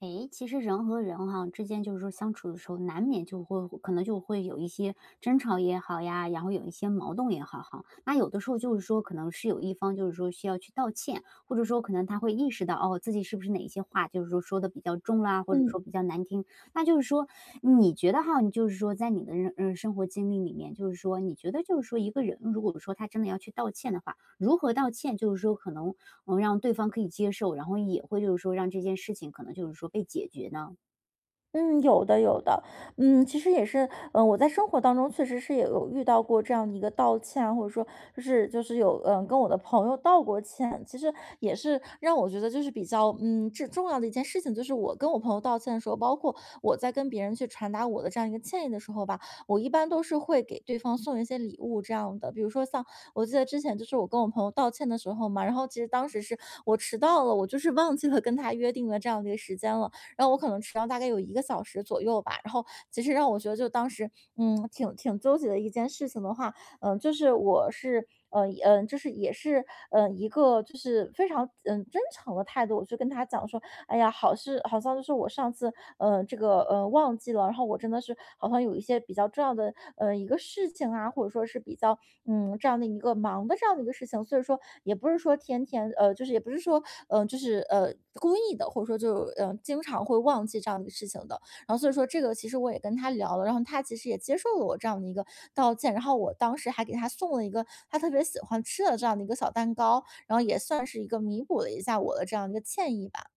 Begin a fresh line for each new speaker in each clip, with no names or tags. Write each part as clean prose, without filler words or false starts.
诶，其实人和人哈、之间，就是说相处的时候，难免就会可能就会有一些争吵也好呀，然后有一些矛盾也好哈。那有的时候就是说，可能是有一方就是说需要去道歉，或者说可能他会意识到哦，自己是不是哪一些话就是说说的比较重啦，或者说比较难听。那就是说，你觉得哈，你就是说在你的人生活经历里面，就是说你觉得就是说一个人如果说他真的要去道歉的话，如何道歉，就是说可能，让对方可以接受，然后也会就是说让这件事情可能就是说被解决呢？
嗯，有的有的，其实也是，我在生活当中确实是也有遇到过这样的一个道歉啊，或者说就是有跟我的朋友道过歉，其实也是让我觉得就是比较这重要的一件事情，就是我跟我朋友道歉的时候，包括我在跟别人去传达我的这样一个歉意的时候吧，我一般都是会给对方送一些礼物这样的，比如说像我记得之前就是我跟我朋友道歉的时候嘛，然后其实当时是我迟到了，我就是忘记了跟他约定的这样的一个时间了。然后我可能迟到大概有一个小时左右吧。然后其实让我觉得就当时，挺纠结的一件事情的话，就是我是就是也是，一个就是非常，真诚的态度，我就跟他讲说："哎呀，好是好像就是我上次，这个，忘记了，然后我真的是好像有一些比较重要的，一个事情啊，或者说是比较这样的一个忙的这样的一个事情，所以说也不是说天天，就是也不是说，嗯，就是呃故意的，或者说就经常会忘记这样的一个事情的。然后所以说这个其实我也跟他聊了，然后他其实也接受了我这样的一个道歉，然后我当时还给他送了一个他特别喜欢吃的这样的一个小蛋糕，然后也算是一个弥补了一下我的这样一个歉意吧。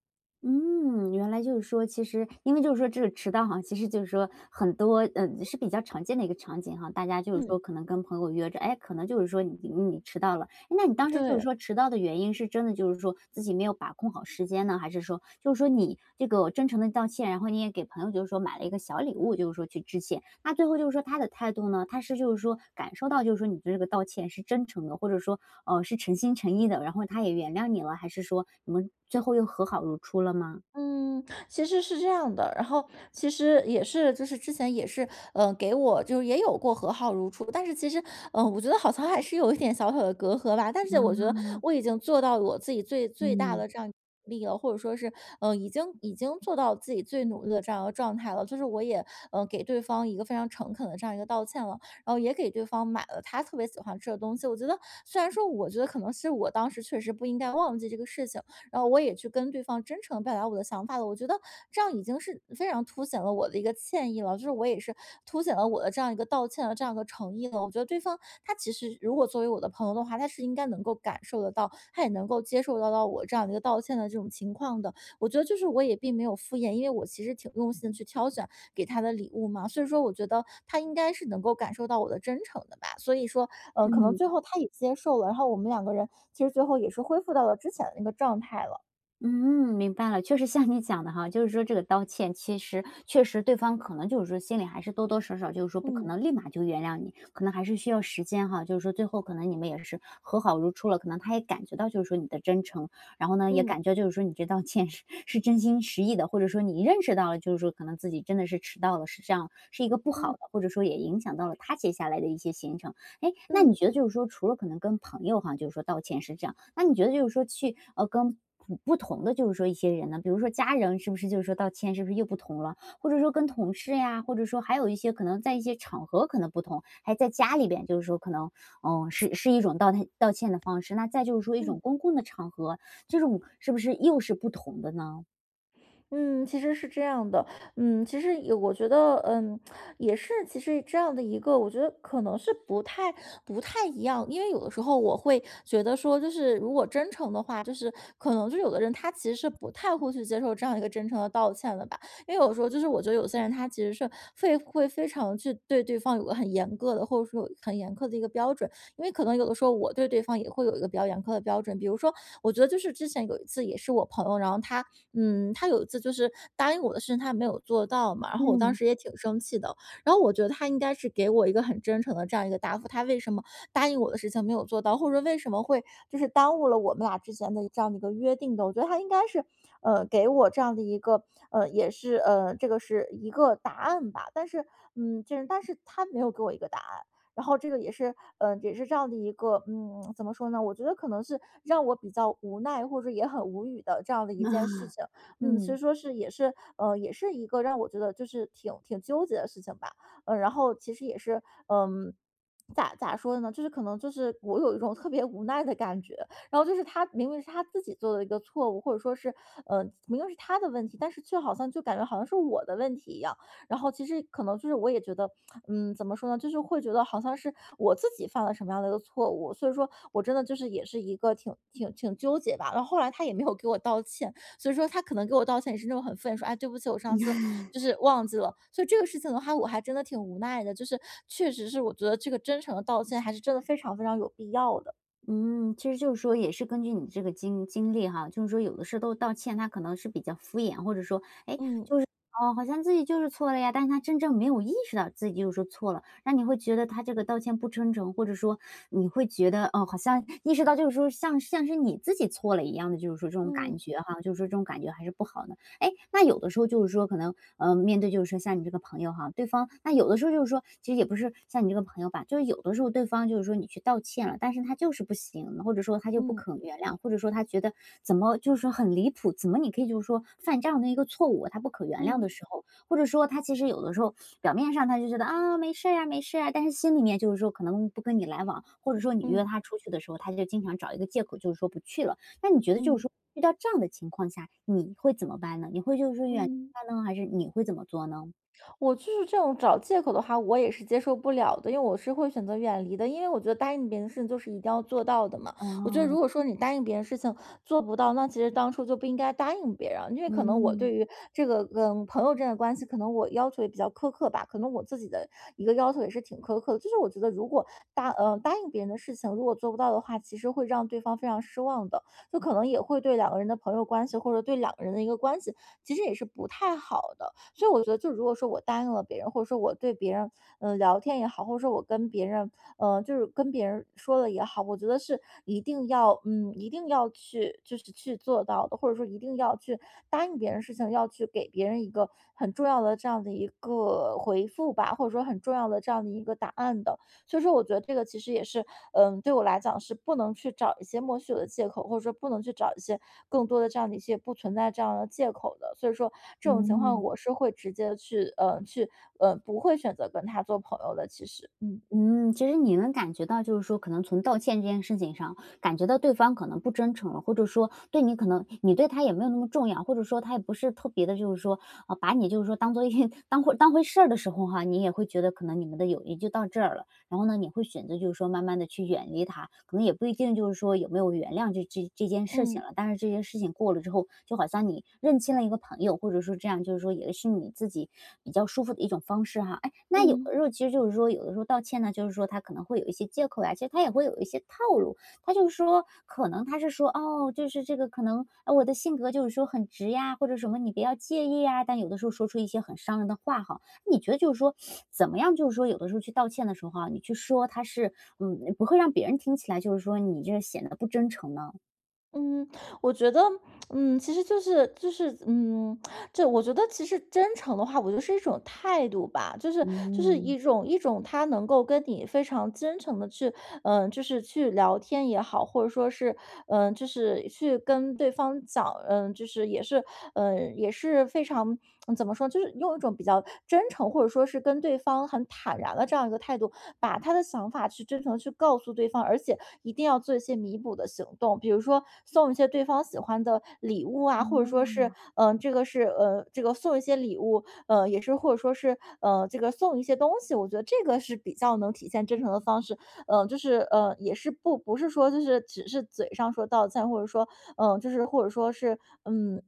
嗯，原来就是说，其实因为就是说这个迟到哈，其实就是说很多是比较常见的一个场景哈，大家就是
嗯。
说可能跟朋友约着，哎，可能就是说你迟到了，那你当时就
对，
是说迟到的原因是真的就是说自己没有把控好时间呢？还是说就是说你这个真诚的道歉，然后你也给朋友就是说买了一个小礼物，就是说去致歉。那最后就是说他的态度呢，他是就是说感受到就是说你的这个道歉是真诚的，或者说，是诚心诚意的，然后他也原谅你了，还是说你们最后又和好如初了吗？
嗯，其实是这样的，然后其实也是，就是之前也是，给我就是也有过和好如初，但是其实，我觉得好像还是有一点小小的隔阂吧。但是我觉得我已经做到我自己最大
嗯。
的这样努力了，或者说是，已经做到自己最努力的这样一个状态了。就是我也，给对方一个非常诚恳的这样一个道歉了，然后也给对方买了他特别喜欢吃的东西。我觉得虽然说，我觉得可能是我当时确实不应该忘记这个事情。然后我也去跟对方真诚表达我的想法了。我觉得这样已经是非常凸显了我的一个歉意了，就是我也是凸显了我的这样一个道歉的这样一个诚意了。我觉得对方他其实如果作为我的朋友的话，他是应该能够感受得到，他也能够接受得到我这样的一个道歉的这种情况的。我觉得就是我也并没有敷衍，因为我其实挺用心的去挑选给他的礼物嘛，所以说我觉得他应该是能够感受到我的真诚的吧。所以说，可能最
嗯。
后他也接受了，然后我们两个人其实最后也是恢复到了之前的那个状态了。
嗯，明白了，确实像你讲的哈，就是说这个道歉，其实确实对方可能就是说心里还是多多少少，就是说不可
嗯，
能立马就原谅你，可能还是需要时间哈。就是说最后可能你们也是和好如初了，可能他也感觉到就是说你的真诚，然后呢也
嗯，
感觉就是说你这道歉是真心实意的，或者说你认识到了就是说可能自己真的是迟到了，是这样是一个不好
嗯，
的，或者说也影响到了他接下来的一些行程。哎，那你
嗯，
觉得就是说，除了可能跟朋友哈，就是说道歉是这样，那你觉得就是说去跟不同的就是说一些人呢，比如说家人，是不是就是说道歉是不是又不同了？或者说跟同事呀，或者说还有一些可能在一些场合可能不同，还在家里边就是说可能是一种道歉的方式，那再就是说一
嗯。
种公共的场合，这种是不是又是不同的呢？
嗯，其实是这样的，其实也我觉得，也是，其实这样的一个，我觉得可能是不太一样，因为有的时候我会觉得说，就是如果真诚的话，就是可能就有的人他其实是不太会去接受这样一个真诚的道歉的吧，因为有时候就是我觉得有些人他其实是会非常去对对方有个很严格的，或者说很严苛的一个标准，因为可能有的时候我对对方也会有一个比较严苛的标准，比如说我觉得就是之前有一次也是我朋友，然后他他有一次就是答应我的事情他没有做到嘛，然后我当
嗯，
时也挺生气的。然后我觉得他应该是给我一个很真诚的这样一个答复，他为什么答应我的事情没有做到，或者说为什么会就是耽误了我们俩之前的这样的一个约定的。我觉得他应该是，给我这样的一个，这个是一个答案吧。但是，就是但是他没有给我一个答案。然后这个也是，也是这样的一个，怎么说呢？我觉得可能是让我比较无奈，或者也很无语的这样的一件事情。嗯，所以
嗯
说是也是，也是一个让我觉得就是挺纠结的事情吧。然后其实也是，嗯。咋说呢？就是可能就是我有一种特别无奈的感觉，然后就是他明明是他自己做的一个错误，或者说是，明明是他的问题，但是却好像就感觉好像是我的问题一样。然后其实可能就是我也觉得，怎么说呢，就是会觉得好像是我自己犯了什么样的一个错误，所以说我真的就是也是一个挺纠结吧。然后后来他也没有给我道歉，所以说他可能给我道歉也是那种很愤说，哎，对不起，我上次就是忘记了。所以这个事情的话，我还真的挺无奈的，就是确实是我觉得这个真诚的道歉还是真的非常非常有必要的。
嗯，其实就是说也是根据你这个经历哈，就是说有的时都道歉，他可能是比较敷衍，或者说，哎，
嗯
哦，好像自己就是错了呀，但是他真正没有意识到自己就是说错了，那你会觉得他这个道歉不真诚，或者说你会觉得，哦，好像意识到就是说像是你自己错了一样的，就是说这种
嗯
感觉哈，就是说这种感觉还是不好的。哎，那有的时候就是说可能，面对就是说像你这个朋友哈，对方那有的时候就是说，其实也不是像你这个朋友吧，就是有的时候对方就是说你去道歉了，但是他就是不行，或者说他就不
嗯
肯原谅，或者说他觉得怎么就是说很离谱，怎么你可以就是说犯这样的一个错误，他不可原谅
嗯
的时候，或者说他其实有的时候表面上他就觉得啊没事儿啊没事儿啊，但是心里面就是说可能不跟你来往，或者说你约
嗯
他出去的时候，他就经常找一个借口就是说不去了。那你觉得
嗯
就是
嗯
说遇到这样的情况下，你会怎么办呢？你会就是远离
嗯。
他呢，还是你会怎么做呢？
我就是这种找借口的话，我也是接受不了的，因为我是会选择远离的，因为我觉得答应别人的事情就是一定要做到的嘛。我觉得如
哦，
果说你答应别人事情做不到，那其实当初就不应该答应别人，因为可能我对
嗯，
于这个跟朋友之间的关系，可能我要求也比较苛刻吧，可能我自己的一个要求也是挺苛刻的，就是我觉得如果答应别人的事情如果做不到的话，其实会让对方非常失望的，就可能也会对两个人的朋友关系或者对两个人的一个关系，其实也是不太好的。所以我觉得，就如果说我答应了别人，或者说我对别人，聊天也好，或者说我跟别人，就是跟别人说了也好，我觉得是一定要，一定要去，就是去做到的，或者说一定要去答应别人事情，要去给别人一个很重要的这样的一个回复吧，或者说很重要的这样的一个答案的。所以说我觉得这个其实也是，对我来讲是不能去找一些莫须有的借口，或者说不能去找一些更多的这样的一些不存在这样的借口的。所以说这种情况
嗯，
我是会直接去，去，不会选择跟他做朋友的。其实，
嗯，其实你能感觉到，就是说，可能从道歉这件事情上，感觉到对方可能不真诚了，或者说对你可能你对他也没有那么重要，或者说他也不是特别的，就是说，啊、把你就是说当做一 当回当回事儿的时候哈、你也会觉得可能你们的友谊就到这儿了。然后呢，你会选择就是说慢慢的去远离他，可能也不一定就是说有没有原谅这件事
嗯
情了，但是这件事情过了之后，就好像你认清了一个朋友，或者说这样就是说也是你自己比较舒服的一种方式哈。哎，那有的
嗯。
时候其实就是说有的时候道歉呢，就是说他可能会有一些借口呀，其实他也会有一些套路。他就是说可能他是说，哦，就是这个可能，我的性格就是说很直呀，或者什么你不要介意呀，但有的时候说出一些很伤人的话哈，你觉得就是说，怎么样就是说有的时候去道歉的时候啊，你去说他是，不会让别人听起来就是说你这显得不真诚呢？
嗯，我觉得，其实就是,这我觉得其实真诚的话，我觉得是一种态度吧，就是就是
嗯，
一种一种他能够跟你非常真诚的去，就是去聊天也好，或者说是，就是去跟对方讲，就是也是，也是非常。怎么说，就是用一种比较真诚，或者说是跟对方很坦然的这样一个态度，把他的想法去真诚地去告诉对方，而且一定要做一些弥补的行动，比如说送一些对方喜欢的礼物啊，或者说
嗯
是，这个是，这个送一些礼物，也是或者说是，这个送一些东西，我觉得这个是比较能体现真诚的方式，也是不是说就是只是嘴上说道歉，或者说，嗯、就是或者说是，嗯。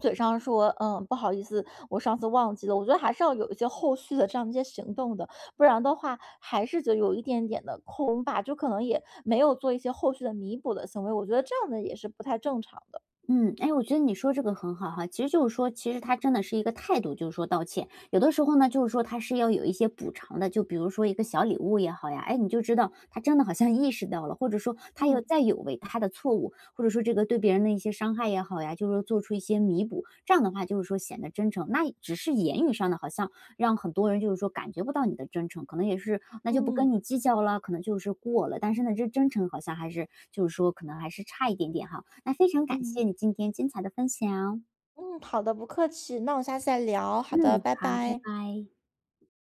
嘴上说，不好意思，我上次忘记了。我觉得还是要有一些后续的这样一些行动的，不然的话还是就有一点点的空吧，就可能也没有做一些后续的弥补的行为。我觉得这样的也是不太正常的。
嗯，哎，我觉得你说这个很好哈。其实就是说，其实他真的是一个态度，就是说道歉。有的时候呢，就是说他是要有一些补偿的，就比如说一个小礼物也好呀，哎，你就知道他真的好像意识到了，或者说他有
嗯
再有为他的错误，或者说这个对别人的一些伤害也好呀，就是说做出一些弥补。这样的话，就是说显得真诚。那只是言语上的，好像让很多人就是说感觉不到你的真诚，可能也是那就不跟
嗯
你计较了，可能就是过了。但是呢，这真诚好像还是就是说可能还是差一点点哈。那非常感
嗯
谢你今天精彩的分享。
嗯,好的，不客气，那我下次再聊。好的，
嗯，
拜
好，拜
拜。
拜。